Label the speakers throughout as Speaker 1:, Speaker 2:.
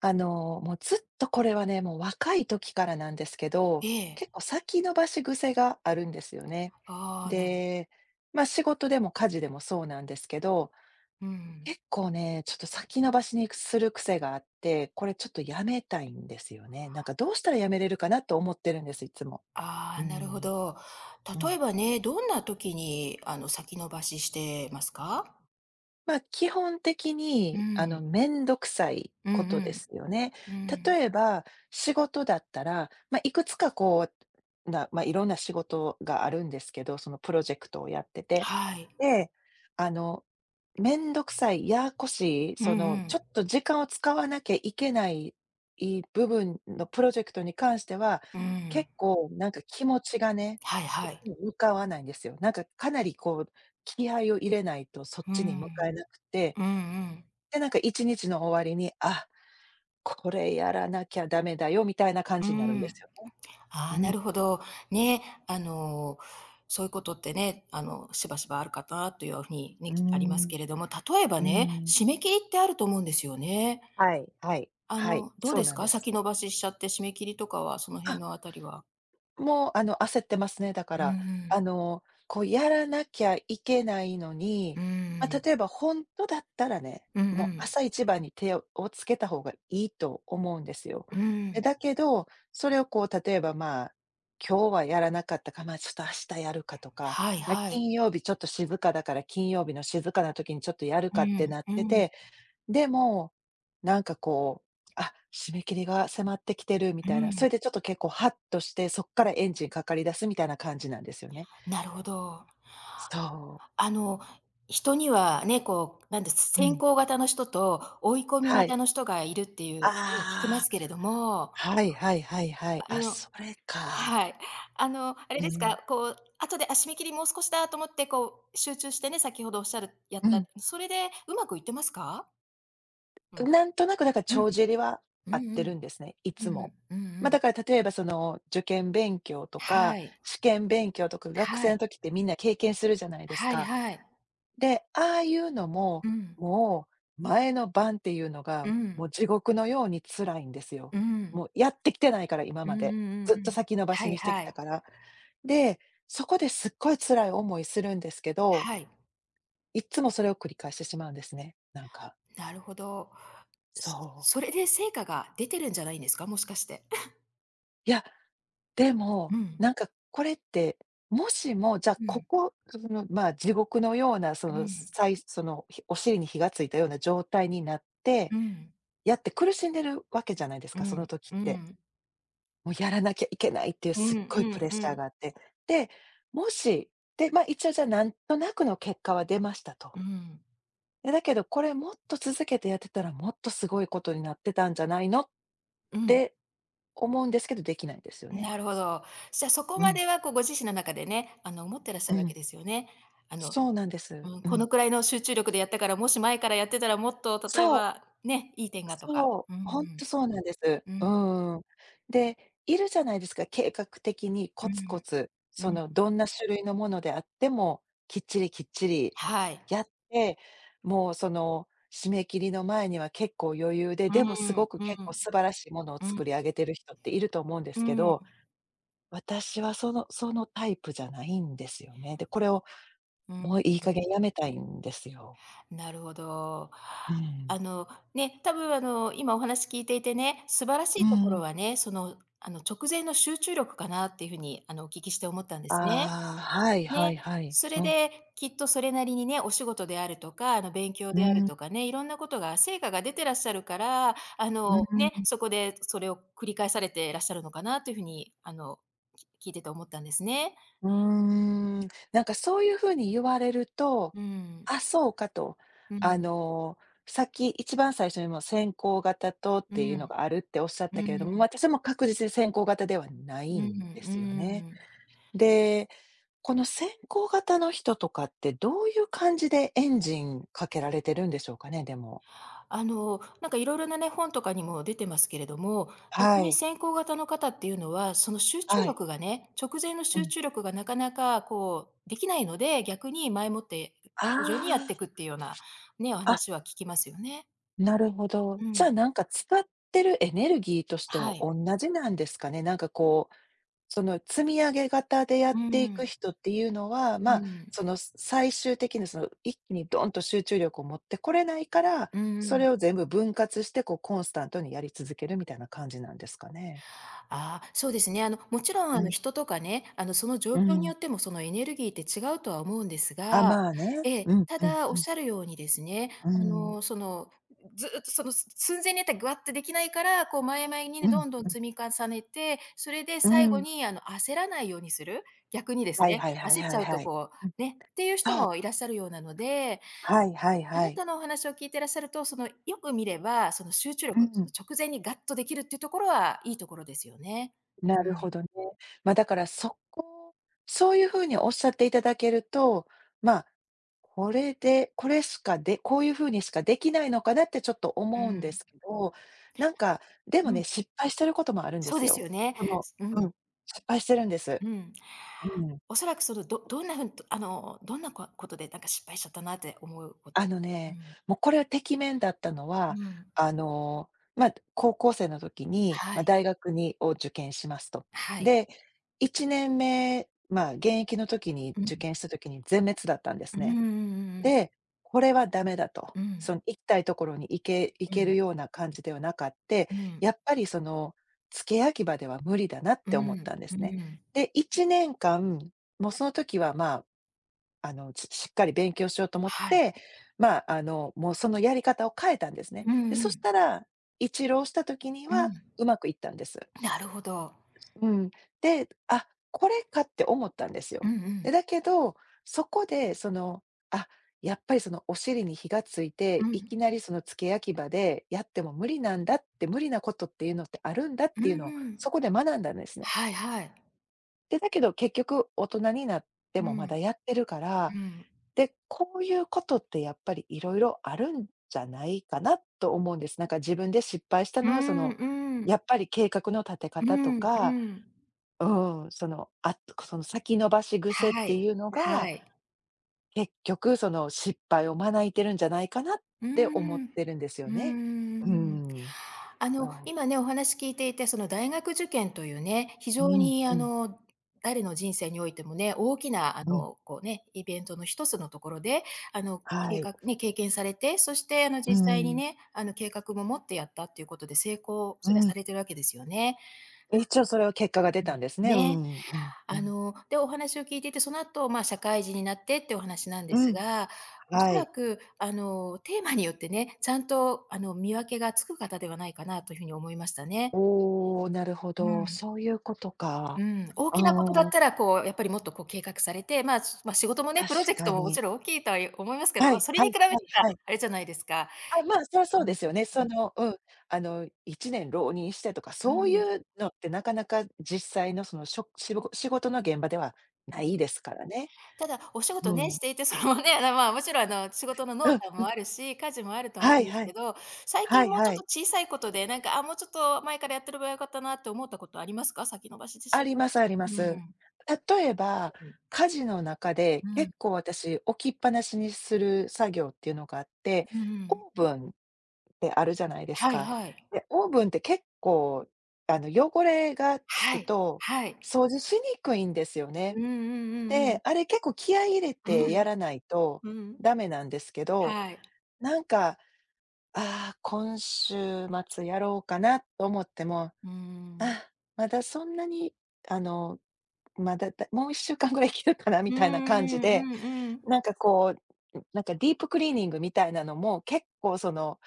Speaker 1: もうずっとこれはね、もう若い時からなんですけ
Speaker 2: え
Speaker 1: ど、結
Speaker 2: え。
Speaker 1: 構先延ばし癖があるんですよね。
Speaker 2: ああ、
Speaker 1: で、ま、仕事でも家事でもそうなんですけど、
Speaker 2: うん。
Speaker 1: 結構ね、ちょっと先延ばしにする癖があって、これちょっとやめたいんですよね。なんかどうしたらやめれるかなと思ってるんです、いつも。
Speaker 2: あ
Speaker 1: う
Speaker 2: あ、なるほ
Speaker 1: ん、
Speaker 2: ど。
Speaker 1: う
Speaker 2: 例え
Speaker 1: ん。
Speaker 2: ばね、どんな時に、先延ばししてますか？
Speaker 1: まあ、基本的
Speaker 2: う
Speaker 1: に、
Speaker 2: ん。
Speaker 1: めんどくさい
Speaker 2: う
Speaker 1: こ
Speaker 2: ん
Speaker 1: とですよね。
Speaker 2: うん。うん。
Speaker 1: 例えば、仕事だったら、まあ、いくつかこう、なまあ、いろんな仕事があるんですけど、そのプロジェクトをやってて。
Speaker 2: はい。
Speaker 1: で、あの、めんどくさい、ややこしい、
Speaker 2: うん
Speaker 1: そ
Speaker 2: う
Speaker 1: の、ちょ
Speaker 2: ん。
Speaker 1: っと時間を使わなきゃいけない部分のプロジェクトに関しては、
Speaker 2: うん。
Speaker 1: 結構なんか気持ちがね、
Speaker 2: はいはい。
Speaker 1: 向かわないんですよ。なんかかなりこう気合を入れないとそっ
Speaker 2: う
Speaker 1: ちに向かえ
Speaker 2: ん。
Speaker 1: なくて、
Speaker 2: うんうん。
Speaker 1: で、なんか1日の終わりに、あ、これやらなきゃダメだよみたいな感
Speaker 2: う
Speaker 1: じになるんで
Speaker 2: ん。
Speaker 1: すよね。
Speaker 2: ああ、
Speaker 1: う
Speaker 2: な
Speaker 1: ん。
Speaker 2: るほど。ね、あの、そういうことってね、しばしばあるかなというふうにね、
Speaker 1: うー
Speaker 2: あります
Speaker 1: ん。
Speaker 2: けれども、例えば
Speaker 1: うー
Speaker 2: ね、
Speaker 1: ん。
Speaker 2: 締め切りってあると思うんですよね。
Speaker 1: はい、はい、はい、
Speaker 2: どう
Speaker 1: そ
Speaker 2: で
Speaker 1: う
Speaker 2: す
Speaker 1: なん
Speaker 2: か？
Speaker 1: です。
Speaker 2: 先延ばししちゃって締め切りとかは、その辺
Speaker 1: あ、
Speaker 2: のあたりは。
Speaker 1: もう、焦ってますね、だか
Speaker 2: うんう
Speaker 1: ら。
Speaker 2: ん。
Speaker 1: こう、やらなきゃいけないのに、
Speaker 2: う
Speaker 1: ま、
Speaker 2: ん。
Speaker 1: 例えばほんとだったらね、
Speaker 2: うんう
Speaker 1: もう
Speaker 2: ん。
Speaker 1: 朝一番に手をつけた方がいいと思うんですよ。
Speaker 2: う
Speaker 1: で、
Speaker 2: ん。
Speaker 1: だけど、それをこう、例えば、まあ、今日はやらなかったか、ま、ちょっと明日やるかとか、
Speaker 2: はい
Speaker 1: ま、
Speaker 2: はい。
Speaker 1: 金曜日ちょっと静かだから、金曜日の静かな時にちょっとやる
Speaker 2: う
Speaker 1: かって
Speaker 2: ん
Speaker 1: なって
Speaker 2: うん
Speaker 1: て、でも、なんかこう、あ、締め切りが迫ってきてるみ
Speaker 2: う
Speaker 1: たいな、そ
Speaker 2: ん。
Speaker 1: れでちょっと結構ハッとして、そっからエンジンかかり出すみたいな感じなんですよね。
Speaker 2: なるほど。
Speaker 1: そう。
Speaker 2: あの、人にはね、こう、なんです、
Speaker 1: う
Speaker 2: 先
Speaker 1: ん。
Speaker 2: 行型の人と追い込み
Speaker 1: はい。
Speaker 2: 型の人がいるっていう、
Speaker 1: あ
Speaker 2: ね、聞きま
Speaker 1: あ、
Speaker 2: すけれども、
Speaker 1: はいはいはいはい。
Speaker 2: あれ
Speaker 1: あ、
Speaker 2: の
Speaker 1: それか。
Speaker 2: はい。あれ
Speaker 1: う
Speaker 2: です
Speaker 1: ん。
Speaker 2: か、こう、後で、あ、締め切りもう少しだと思って、こう、集中してね、先ほどおっしゃるやっ
Speaker 1: う
Speaker 2: た、
Speaker 1: ん。
Speaker 2: それでうまくいってますか？うん。
Speaker 1: なんとなくだから
Speaker 2: うん。
Speaker 1: 帳尻は
Speaker 2: う
Speaker 1: 合っ
Speaker 2: んう
Speaker 1: てる
Speaker 2: ん、
Speaker 1: んですね、い
Speaker 2: うん
Speaker 1: つも。
Speaker 2: うん、うんう
Speaker 1: ま、
Speaker 2: ん。
Speaker 1: だから例えばその受験勉強とか、
Speaker 2: はい、
Speaker 1: 試験勉強とか、学
Speaker 2: は
Speaker 1: 生の
Speaker 2: い、
Speaker 1: 時ってみんな経験するじゃないです
Speaker 2: はい
Speaker 1: か。
Speaker 2: はい。
Speaker 1: で、ああいうのも、
Speaker 2: うん、
Speaker 1: も前の晩っていうのが、
Speaker 2: う
Speaker 1: もう
Speaker 2: ん、
Speaker 1: 地獄のように辛いんですよ。
Speaker 2: うん、
Speaker 1: もうやってきてないから、今
Speaker 2: う
Speaker 1: ま
Speaker 2: んうん
Speaker 1: で。
Speaker 2: うん
Speaker 1: ずっ
Speaker 2: う
Speaker 1: と
Speaker 2: ん。
Speaker 1: 先延ば
Speaker 2: は
Speaker 1: し
Speaker 2: い
Speaker 1: にしてき
Speaker 2: は
Speaker 1: た
Speaker 2: い、
Speaker 1: から。で、そこですっごい辛い思いするんですけど、
Speaker 2: はい、
Speaker 1: いっつもそれを繰り返してしまうんですね。なんか、
Speaker 2: なるほど。
Speaker 1: そ
Speaker 2: そ
Speaker 1: う。
Speaker 2: れで成果が出てるんじゃないんですか？もしかして。
Speaker 1: いや、でも、
Speaker 2: うん、
Speaker 1: なんかこれって、もしも、じゃあ
Speaker 2: う
Speaker 1: こ
Speaker 2: ん、
Speaker 1: こ、その、まあ、地獄のような、そ
Speaker 2: う
Speaker 1: の、
Speaker 2: ん、
Speaker 1: さいその、ひお尻に火がついたような状態になっ
Speaker 2: う
Speaker 1: て
Speaker 2: ん、
Speaker 1: やって苦しんでるわけじゃないです
Speaker 2: う
Speaker 1: か、その
Speaker 2: ん、
Speaker 1: 時っ
Speaker 2: う
Speaker 1: て。
Speaker 2: ん、
Speaker 1: もうやらなきゃいけないっていう
Speaker 2: う
Speaker 1: す
Speaker 2: ん
Speaker 1: っ
Speaker 2: う
Speaker 1: ごいプレ
Speaker 2: ん
Speaker 1: ッ
Speaker 2: う
Speaker 1: シャー
Speaker 2: ん、
Speaker 1: があって。で、もし、で、ま、一応じゃあなんとなくの結果は出ましたと。
Speaker 2: うん、
Speaker 1: で、だけどこれもっと続けてやってたらもっとすごいことになってたんじゃないのっ
Speaker 2: うん。
Speaker 1: て思うんですけど、できないんですよね。
Speaker 2: なるほど。じゃ、そこ
Speaker 1: う
Speaker 2: ま
Speaker 1: ん、
Speaker 2: ではこうご自身の中でね、思ってらっしゃ
Speaker 1: う
Speaker 2: るわけ
Speaker 1: ん。
Speaker 2: ですよね。あの
Speaker 1: そうなんです。
Speaker 2: うん、
Speaker 1: う
Speaker 2: こ
Speaker 1: ん。
Speaker 2: のくらいの集中力でやったから、もし前からやってたらもっと例え
Speaker 1: そう。
Speaker 2: ば、ね、いい点がとか。
Speaker 1: そう、
Speaker 2: うんう
Speaker 1: ほんと
Speaker 2: ん。
Speaker 1: そうなんです。
Speaker 2: う
Speaker 1: う
Speaker 2: ん、
Speaker 1: ーん。で、いるじゃないですか、計画的に
Speaker 2: う
Speaker 1: コツコ
Speaker 2: ん、
Speaker 1: ツ、
Speaker 2: う
Speaker 1: そ
Speaker 2: ん。
Speaker 1: の、どんな種類のものであっても、きっちりきっちり
Speaker 2: はい。
Speaker 1: やって、もう、その、締め切りの前には結構余裕で、
Speaker 2: う
Speaker 1: でもすご
Speaker 2: ん、
Speaker 1: く結
Speaker 2: う
Speaker 1: 構
Speaker 2: ん、
Speaker 1: 素晴らしいものを作り上げてる人っていると思うんで
Speaker 2: う
Speaker 1: すけ
Speaker 2: ん、
Speaker 1: ど、私はそのタイプじゃないんですよね。で、これを
Speaker 2: うん。
Speaker 1: もういい加減やめたいんですよ。
Speaker 2: なるほど。
Speaker 1: うん。
Speaker 2: あの、ね、多分、今お話聞いていてね、素晴らし
Speaker 1: う
Speaker 2: いところ
Speaker 1: ん。
Speaker 2: はね、その、直前の集中力かなっていうふうに、お聞きして思ったんですね。
Speaker 1: ああ、はいは
Speaker 2: ね、
Speaker 1: いはい。
Speaker 2: そ
Speaker 1: う
Speaker 2: れ
Speaker 1: ん。
Speaker 2: できっとそれなりにね、お仕事であるとか、勉強
Speaker 1: う
Speaker 2: である
Speaker 1: ん、
Speaker 2: とかね、いろんなことが成果が出てらっしゃるから、あ
Speaker 1: うん、
Speaker 2: の、ね、そこでそれを繰り返されてらっしゃるのかなというふうに、聞いてて思ったんですね。
Speaker 1: うーん。なんかそういう風に言われると、
Speaker 2: うん。
Speaker 1: あ、そうかと。
Speaker 2: う
Speaker 1: あ
Speaker 2: ん。
Speaker 1: の、さっき一番最初にも先行型とっ
Speaker 2: う
Speaker 1: ていうのが
Speaker 2: ん。
Speaker 1: あるっておっしゃっ
Speaker 2: う
Speaker 1: たけれども、
Speaker 2: ん。
Speaker 1: 私も確実に先行型ではな
Speaker 2: う
Speaker 1: い
Speaker 2: ん。
Speaker 1: んで
Speaker 2: う
Speaker 1: すよね。
Speaker 2: ん。
Speaker 1: で、この先行型の人とかってどういう感じでエンジンかけられてるんでしょうかね、でも。
Speaker 2: なんかいろいろなね、本とかにも出てますけれども、
Speaker 1: は
Speaker 2: 逆に
Speaker 1: い、
Speaker 2: 先行型の方っていうのは、その集中
Speaker 1: はい。
Speaker 2: 力がね、直前の
Speaker 1: う
Speaker 2: 集
Speaker 1: ん。
Speaker 2: 中力がなかなかこうできないので、逆に前もって
Speaker 1: あ
Speaker 2: 徐々にやってい
Speaker 1: あ。
Speaker 2: くっていうようなね、お
Speaker 1: あ、
Speaker 2: 話は聞きますよね。
Speaker 1: なるほど。
Speaker 2: う
Speaker 1: じゃ
Speaker 2: ん。
Speaker 1: あ、なんか使ってるエネルギーとして
Speaker 2: は
Speaker 1: は
Speaker 2: い。
Speaker 1: 同じなんですかね？なんかこう、その積み上げ型でや
Speaker 2: う
Speaker 1: っていく
Speaker 2: ん。
Speaker 1: 人っていうのは、
Speaker 2: う
Speaker 1: まあ、
Speaker 2: ん。
Speaker 1: その、最終的にその一気にドンと集中力を持ってこれないから、
Speaker 2: う
Speaker 1: そ
Speaker 2: ん。
Speaker 1: れを全部分割して、こうコンスタントにやり続けるみたいな感じなんですかね？
Speaker 2: ああ、そうですね。もちろん、
Speaker 1: うん、
Speaker 2: 人とかね、その状
Speaker 1: う
Speaker 2: 況に
Speaker 1: ん。
Speaker 2: よっても、そのエネルギーって違うとは思うんです
Speaker 1: あ、
Speaker 2: が、
Speaker 1: まあね。
Speaker 2: ええ、
Speaker 1: うん
Speaker 2: た
Speaker 1: うん
Speaker 2: だ、お
Speaker 1: う
Speaker 2: っ
Speaker 1: ん。
Speaker 2: しゃるようにですね、
Speaker 1: うん。
Speaker 2: ずっと寸前にやったらぐわってできないから、こう、前々にね、
Speaker 1: うん、
Speaker 2: どんどん
Speaker 1: う
Speaker 2: 積み重ねて、それで
Speaker 1: ん、う
Speaker 2: 最後
Speaker 1: ん。
Speaker 2: に、焦らないようにする。逆にです
Speaker 1: はい
Speaker 2: ね、
Speaker 1: はいはい
Speaker 2: 焦っ
Speaker 1: は
Speaker 2: ち
Speaker 1: い
Speaker 2: ゃう
Speaker 1: は
Speaker 2: と
Speaker 1: い。
Speaker 2: こ
Speaker 1: うん、
Speaker 2: う、ね、っていう人
Speaker 1: そう。
Speaker 2: もいらっしゃるようなので、
Speaker 1: はいはい
Speaker 2: あ
Speaker 1: は
Speaker 2: な
Speaker 1: い。
Speaker 2: たのお話を聞いてらっしゃると、よく見れば、その集中
Speaker 1: う
Speaker 2: 力、そ
Speaker 1: ん。
Speaker 2: の直前にガッとできるっていうところは、いいところですよね。
Speaker 1: な
Speaker 2: う
Speaker 1: るほ
Speaker 2: ん、
Speaker 1: どね。ま、だからそういう風におっしゃっていただけると、ま、これでこれしかでこういう風にしかできないのかなってちょっと
Speaker 2: う
Speaker 1: 思うんで
Speaker 2: ん、
Speaker 1: すけど、なんか、でも
Speaker 2: う
Speaker 1: ね、
Speaker 2: ん。
Speaker 1: 失敗してることもあるんで
Speaker 2: そう
Speaker 1: す
Speaker 2: です
Speaker 1: よ。
Speaker 2: よね。
Speaker 1: この、
Speaker 2: う
Speaker 1: うん、
Speaker 2: ん、
Speaker 1: 失敗してるんです。
Speaker 2: うん。
Speaker 1: うん。
Speaker 2: おそらくどんなこことでなんか失敗しちゃったなって思うこ
Speaker 1: あ
Speaker 2: と。
Speaker 1: の
Speaker 2: う
Speaker 1: ね、
Speaker 2: ん、
Speaker 1: もうこれはてきめんだったのは、
Speaker 2: うん。
Speaker 1: あの、ま、高校生の時に、
Speaker 2: は
Speaker 1: ま、
Speaker 2: い、
Speaker 1: 大学を受験しますと。
Speaker 2: はい。
Speaker 1: で、1年目、まあ、現役の時に
Speaker 2: う
Speaker 1: 受
Speaker 2: ん。
Speaker 1: 験した時に全滅だったんで
Speaker 2: う
Speaker 1: す
Speaker 2: んうん
Speaker 1: ね。
Speaker 2: うんうん。
Speaker 1: で、これはダメだと。
Speaker 2: う
Speaker 1: そ
Speaker 2: ん、
Speaker 1: の行きたいところに行
Speaker 2: う
Speaker 1: ける
Speaker 2: ん、
Speaker 1: ような感じではなかって、
Speaker 2: うん、
Speaker 1: やっぱりその付け焼き刃では無理だなっ
Speaker 2: う
Speaker 1: て思っ
Speaker 2: ん、
Speaker 1: たんで
Speaker 2: う
Speaker 1: すね。
Speaker 2: ん。
Speaker 1: で、1年間、もうその時はまあ、しっかり勉強しようと思っ
Speaker 2: はい。
Speaker 1: て、まあ、もうそのやり方を変えたんですね。
Speaker 2: う
Speaker 1: で、
Speaker 2: んう
Speaker 1: そし
Speaker 2: ん。
Speaker 1: たら、一浪した時に
Speaker 2: う
Speaker 1: は
Speaker 2: ん。
Speaker 1: うまくいったんです。
Speaker 2: なるほど。
Speaker 1: うん。で、あ、これかって思ったんです
Speaker 2: うん
Speaker 1: よ。
Speaker 2: うん。
Speaker 1: で、だけど、そこでその、あ、やっぱりそのお尻に火がついて、
Speaker 2: う
Speaker 1: い
Speaker 2: ん。
Speaker 1: きなりその付け焼き場でやっても無理なんだって、無理なことっていうのってあるんだっ
Speaker 2: う
Speaker 1: ていうの
Speaker 2: ん
Speaker 1: を
Speaker 2: う
Speaker 1: そ
Speaker 2: ん。
Speaker 1: こで学んだんですね。
Speaker 2: はいはい。
Speaker 1: で、だけど結局大人になって
Speaker 2: う
Speaker 1: もまだ
Speaker 2: ん、
Speaker 1: やってるから、
Speaker 2: うん。
Speaker 1: で、こういうことってやっぱりいろいろあるんじゃないかなと思うんです。なんか自分で失敗した
Speaker 2: う
Speaker 1: のは、そ
Speaker 2: ん、
Speaker 1: の、
Speaker 2: う
Speaker 1: や
Speaker 2: ん。
Speaker 1: っぱり計画の立て
Speaker 2: う
Speaker 1: 方と
Speaker 2: ん、
Speaker 1: か、
Speaker 2: うん。
Speaker 1: うん、その先延ばし癖っ
Speaker 2: は
Speaker 1: て
Speaker 2: い、
Speaker 1: いうの
Speaker 2: は
Speaker 1: が、
Speaker 2: い。
Speaker 1: 結局その失敗を招いてるんじゃないかなっ
Speaker 2: うー
Speaker 1: て思っ
Speaker 2: ん。う
Speaker 1: てるんですよね。
Speaker 2: ー
Speaker 1: う
Speaker 2: ん。
Speaker 1: ん、そ
Speaker 2: 今
Speaker 1: う。
Speaker 2: ね、お話聞いていて、その大学受験というね、非
Speaker 1: う
Speaker 2: 常
Speaker 1: ん、
Speaker 2: に
Speaker 1: うん、
Speaker 2: 誰の人生においてもね、大きな
Speaker 1: うん、
Speaker 2: こうね、イベントの一つのところで、
Speaker 1: は
Speaker 2: 計
Speaker 1: い。
Speaker 2: 画ね、経験されて、そして
Speaker 1: う
Speaker 2: 実際に
Speaker 1: ん、
Speaker 2: ね、計画も持ってやったっていうことで成功、
Speaker 1: う
Speaker 2: それは
Speaker 1: ん。
Speaker 2: されてるわけですよね。
Speaker 1: 一応それは結果が出
Speaker 2: う
Speaker 1: たん
Speaker 2: ん、
Speaker 1: ですね。う
Speaker 2: ね。
Speaker 1: ん、うん、うん。
Speaker 2: で、お話を聞いていて、その後、社会人になってってお話なんで
Speaker 1: う
Speaker 2: す
Speaker 1: ん、
Speaker 2: が、おそ
Speaker 1: は
Speaker 2: ら
Speaker 1: い。
Speaker 2: く、テーマによってね、ちゃんと、見分けがつく方ではないかなというふうに思いましたね。
Speaker 1: おお、なるほ
Speaker 2: う
Speaker 1: ど、
Speaker 2: ん。
Speaker 1: そういうことか。
Speaker 2: うん。大
Speaker 1: あ
Speaker 2: きなことだっ
Speaker 1: あ、
Speaker 2: たら、こう、やっぱりもっと、こう、計画されて、まあ、仕事もね、
Speaker 1: 確
Speaker 2: プロジェク
Speaker 1: か
Speaker 2: トもも
Speaker 1: に。
Speaker 2: ちろん大きいとは思いますけ
Speaker 1: は
Speaker 2: ど、
Speaker 1: い、
Speaker 2: それ
Speaker 1: は
Speaker 2: に
Speaker 1: い、
Speaker 2: 比べたら
Speaker 1: はい、はい。
Speaker 2: あれじゃないですか。
Speaker 1: あ、まあ、そりゃそうですよね。
Speaker 2: う
Speaker 1: そ
Speaker 2: ん。
Speaker 1: の、うん、1年浪人してとか、
Speaker 2: う
Speaker 1: そう
Speaker 2: ん。
Speaker 1: いうのってなかなか実際のその、しょしご仕事の現場ではな
Speaker 2: う
Speaker 1: い
Speaker 2: ん。
Speaker 1: ですからね。
Speaker 2: ただ、お仕事ね、
Speaker 1: うん。
Speaker 2: していて、そのね、まあ、もちろん、仕事の
Speaker 1: う
Speaker 2: 濃淡
Speaker 1: ん、
Speaker 2: もあるし、家事もあると思
Speaker 1: は
Speaker 2: うん
Speaker 1: い
Speaker 2: です
Speaker 1: は
Speaker 2: け
Speaker 1: い。
Speaker 2: ど、最
Speaker 1: は
Speaker 2: 近
Speaker 1: い
Speaker 2: もうちょ
Speaker 1: は
Speaker 2: っと
Speaker 1: い。
Speaker 2: 小さいことで、なんか、あ、もうちょっと前からやってればよかったなって思ったことありますか？先延ばしし
Speaker 1: あ
Speaker 2: ちゃっ
Speaker 1: り
Speaker 2: た
Speaker 1: ま
Speaker 2: し。
Speaker 1: すありま
Speaker 2: う
Speaker 1: す。
Speaker 2: ん。
Speaker 1: 例えば、
Speaker 2: うん。
Speaker 1: 家事の中で
Speaker 2: うん。
Speaker 1: 結構私置きっぱなしにする作業っていうのがあって、
Speaker 2: うんう
Speaker 1: オ
Speaker 2: ん。
Speaker 1: ーブンてあるじゃないです
Speaker 2: はい
Speaker 1: か。
Speaker 2: はい。
Speaker 1: で、オーブンって結構、汚れがつ
Speaker 2: は
Speaker 1: く
Speaker 2: い。
Speaker 1: と、
Speaker 2: はい。
Speaker 1: 掃除しにくいんですよ
Speaker 2: う
Speaker 1: ね。
Speaker 2: んうんうん
Speaker 1: で、あれ結構気合い入れてやらないとダメなんですけど、
Speaker 2: はい。
Speaker 1: なんか、ああ、今週末やろうかなと思っても、
Speaker 2: うーん。
Speaker 1: あ、まだそんなに、あの、まだ、だもう1週間ぐらい生きるかなみ
Speaker 2: うん
Speaker 1: たいな
Speaker 2: う
Speaker 1: 感じで、
Speaker 2: んうんうん。
Speaker 1: なんかこう、なんかディープクリーニングみたいなのも結構その、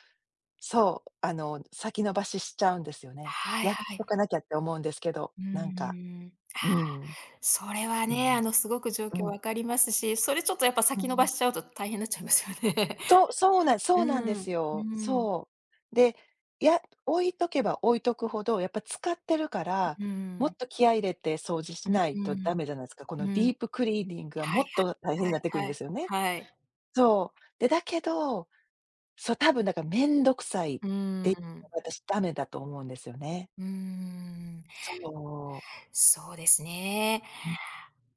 Speaker 1: そう、先延ばししちゃうんですよね。
Speaker 2: はい
Speaker 1: やっ
Speaker 2: はい。
Speaker 1: とかなきゃって思うんですけ
Speaker 2: うんうんはいうんうんうんうんうんはいはい
Speaker 1: ど、なんか、
Speaker 2: うんうん。
Speaker 1: うん、
Speaker 2: それは
Speaker 1: う
Speaker 2: ね、
Speaker 1: ん、
Speaker 2: すごく状況
Speaker 1: うん、
Speaker 2: わかりますし、それちょっとやっぱ
Speaker 1: う
Speaker 2: 先延ば
Speaker 1: ん。
Speaker 2: しちゃうと大変になっちゃいますよね。
Speaker 1: そう、そうなんで
Speaker 2: うん、
Speaker 1: す
Speaker 2: う
Speaker 1: よ。
Speaker 2: ん、
Speaker 1: そう。で、や置いとけば置いとくほど、やっぱ使ってるから、
Speaker 2: う
Speaker 1: もっ
Speaker 2: ん、
Speaker 1: と気合い入れて掃除
Speaker 2: う
Speaker 1: しないとダ
Speaker 2: ん、
Speaker 1: メじゃないですか。この
Speaker 2: う
Speaker 1: デ
Speaker 2: ん。
Speaker 1: ィープクリーニングは
Speaker 2: は
Speaker 1: も
Speaker 2: い
Speaker 1: っと大変に
Speaker 2: は
Speaker 1: なっ
Speaker 2: い、
Speaker 1: てくる
Speaker 2: は
Speaker 1: んで
Speaker 2: い
Speaker 1: すよね。
Speaker 2: はい、
Speaker 1: そう。で、だけど、そう、多分だから面倒くさいっ
Speaker 2: うー
Speaker 1: て、
Speaker 2: ん、
Speaker 1: 私ダメだと思うんですよね。
Speaker 2: うーん、
Speaker 1: そう。
Speaker 2: そうですね。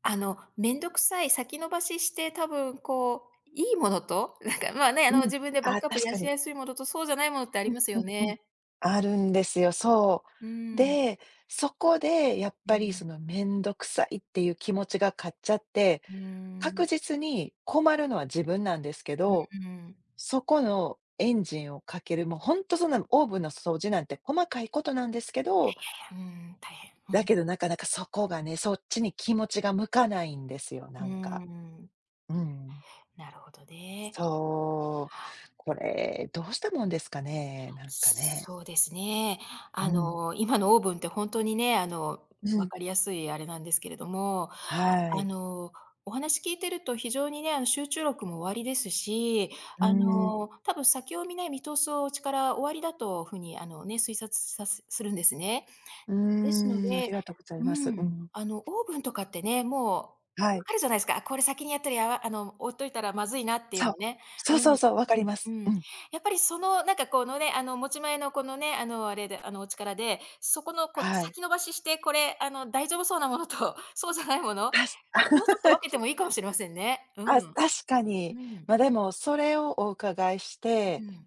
Speaker 2: めんどくさい、先延ばしして多分こう、いいものと、なんか、まあね、
Speaker 1: うん。
Speaker 2: 自分でバッ
Speaker 1: ああ、
Speaker 2: クアップ
Speaker 1: 確
Speaker 2: 養
Speaker 1: か
Speaker 2: い
Speaker 1: に。
Speaker 2: やすいものと、そうじゃないものってあ
Speaker 1: う
Speaker 2: り
Speaker 1: ん
Speaker 2: ます
Speaker 1: う
Speaker 2: よ
Speaker 1: んうん。
Speaker 2: ね。
Speaker 1: あるんですよ、そ
Speaker 2: う
Speaker 1: う。
Speaker 2: ん、
Speaker 1: で、そこでやっ
Speaker 2: う
Speaker 1: ぱり
Speaker 2: ん、
Speaker 1: そのめんどくさいっていう気持ちが勝っちゃって、
Speaker 2: うー
Speaker 1: 確
Speaker 2: ん、
Speaker 1: 実に困るのは自分なんですけど、
Speaker 2: うん。
Speaker 1: そこのエンジンをかける、もうほんとそんなオーブンの掃除なんて細かいことなんですけど、
Speaker 2: うーん、大変。う
Speaker 1: だ
Speaker 2: ん。
Speaker 1: けどなかなかそこがね、そっちに気持ちが向かないんですよ、
Speaker 2: う
Speaker 1: な
Speaker 2: ー
Speaker 1: んか。
Speaker 2: ん、
Speaker 1: うん。
Speaker 2: なるほどね。
Speaker 1: そう。これ、どうしたもんですかね、なんかね。
Speaker 2: そうですね。
Speaker 1: うん。
Speaker 2: 今のオーブンって本当にね、
Speaker 1: う
Speaker 2: 分
Speaker 1: ん。
Speaker 2: かりやすいあれなんですけれども、
Speaker 1: は
Speaker 2: あ
Speaker 1: い。
Speaker 2: の、お話聞いてると非常にね、集中力もおありですし、
Speaker 1: うーん。
Speaker 2: 多分先を見ない見通すお力おありだとふうに、ね、推察するんですね。
Speaker 1: う
Speaker 2: ですの
Speaker 1: ーん、あり
Speaker 2: で、
Speaker 1: がとうござい
Speaker 2: う
Speaker 1: ます。う
Speaker 2: ん、
Speaker 1: ん。
Speaker 2: オーブンとかってね、も
Speaker 1: は
Speaker 2: う分
Speaker 1: い。
Speaker 2: かるじゃないですか。あ、これ先にやったら、やわあの、置いといたらまずいなっていう
Speaker 1: そ
Speaker 2: の
Speaker 1: う。
Speaker 2: ね。
Speaker 1: そう
Speaker 2: うん、
Speaker 1: そ
Speaker 2: う
Speaker 1: うそう、わかり
Speaker 2: ん、
Speaker 1: ま
Speaker 2: う
Speaker 1: す。う
Speaker 2: ん。
Speaker 1: ん。
Speaker 2: やっぱりなんかこのね、持ち前のこのね、あれで、お力で、そこのこう、
Speaker 1: はい。
Speaker 2: 先延ばしして、これ、大丈夫そうなものと、そうじゃないもの、
Speaker 1: たし
Speaker 2: もうちょっと分けてもいいかもしれませんね。う
Speaker 1: あ、
Speaker 2: ん。
Speaker 1: 確かに。
Speaker 2: うん、
Speaker 1: ま、でも、それをお伺いし
Speaker 2: う
Speaker 1: て、
Speaker 2: ん、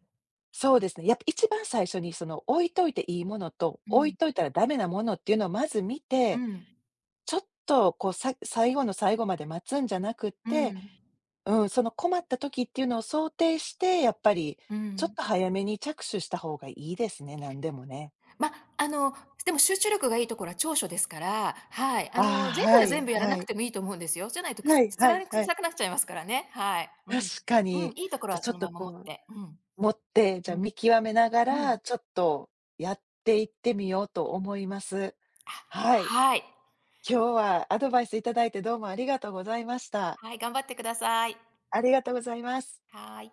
Speaker 1: そうですね、やっぱ一番最初にその置いといていいものと、
Speaker 2: う
Speaker 1: 置い
Speaker 2: ん、
Speaker 1: といたらダメなものっていうのをまず見
Speaker 2: う
Speaker 1: て、
Speaker 2: ん、
Speaker 1: ちょっとこう、最後の最後まで待つんじゃなくっ
Speaker 2: う
Speaker 1: て、
Speaker 2: ん、
Speaker 1: うん、その困った時っていうのを想定して、やっぱり
Speaker 2: う
Speaker 1: ちょっ
Speaker 2: ん。
Speaker 1: と早めに着手した方がいいですね、なんでもね。
Speaker 2: ま、あの、でも集中力がいいところは長所ですから、はい。
Speaker 1: ああ、
Speaker 2: 全部
Speaker 1: は
Speaker 2: が
Speaker 1: い、
Speaker 2: 全部やら
Speaker 1: は
Speaker 2: なく
Speaker 1: い。
Speaker 2: てもいいと思うんですよ。じゃないと、
Speaker 1: はい
Speaker 2: つ
Speaker 1: はい
Speaker 2: ら
Speaker 1: は
Speaker 2: く
Speaker 1: い。
Speaker 2: さくなっちゃいますからね。はい。う
Speaker 1: 確
Speaker 2: ん。
Speaker 1: か
Speaker 2: うん、
Speaker 1: に。
Speaker 2: いいとこ
Speaker 1: じ
Speaker 2: ろ
Speaker 1: ゃ、
Speaker 2: は
Speaker 1: ちょ
Speaker 2: そ
Speaker 1: っ
Speaker 2: の
Speaker 1: と
Speaker 2: まま持っ
Speaker 1: こ
Speaker 2: て。うん。
Speaker 1: う、持って、じゃ、
Speaker 2: うん。
Speaker 1: 見極めなが
Speaker 2: うん。
Speaker 1: ら、ちょっとやっていってみようと思います。
Speaker 2: あ、
Speaker 1: はい。
Speaker 2: はい。
Speaker 1: 今日はアドバイスいただいてどうもありがとうございました。
Speaker 2: はい、頑張ってください。
Speaker 1: ありがとうございます。
Speaker 2: はい。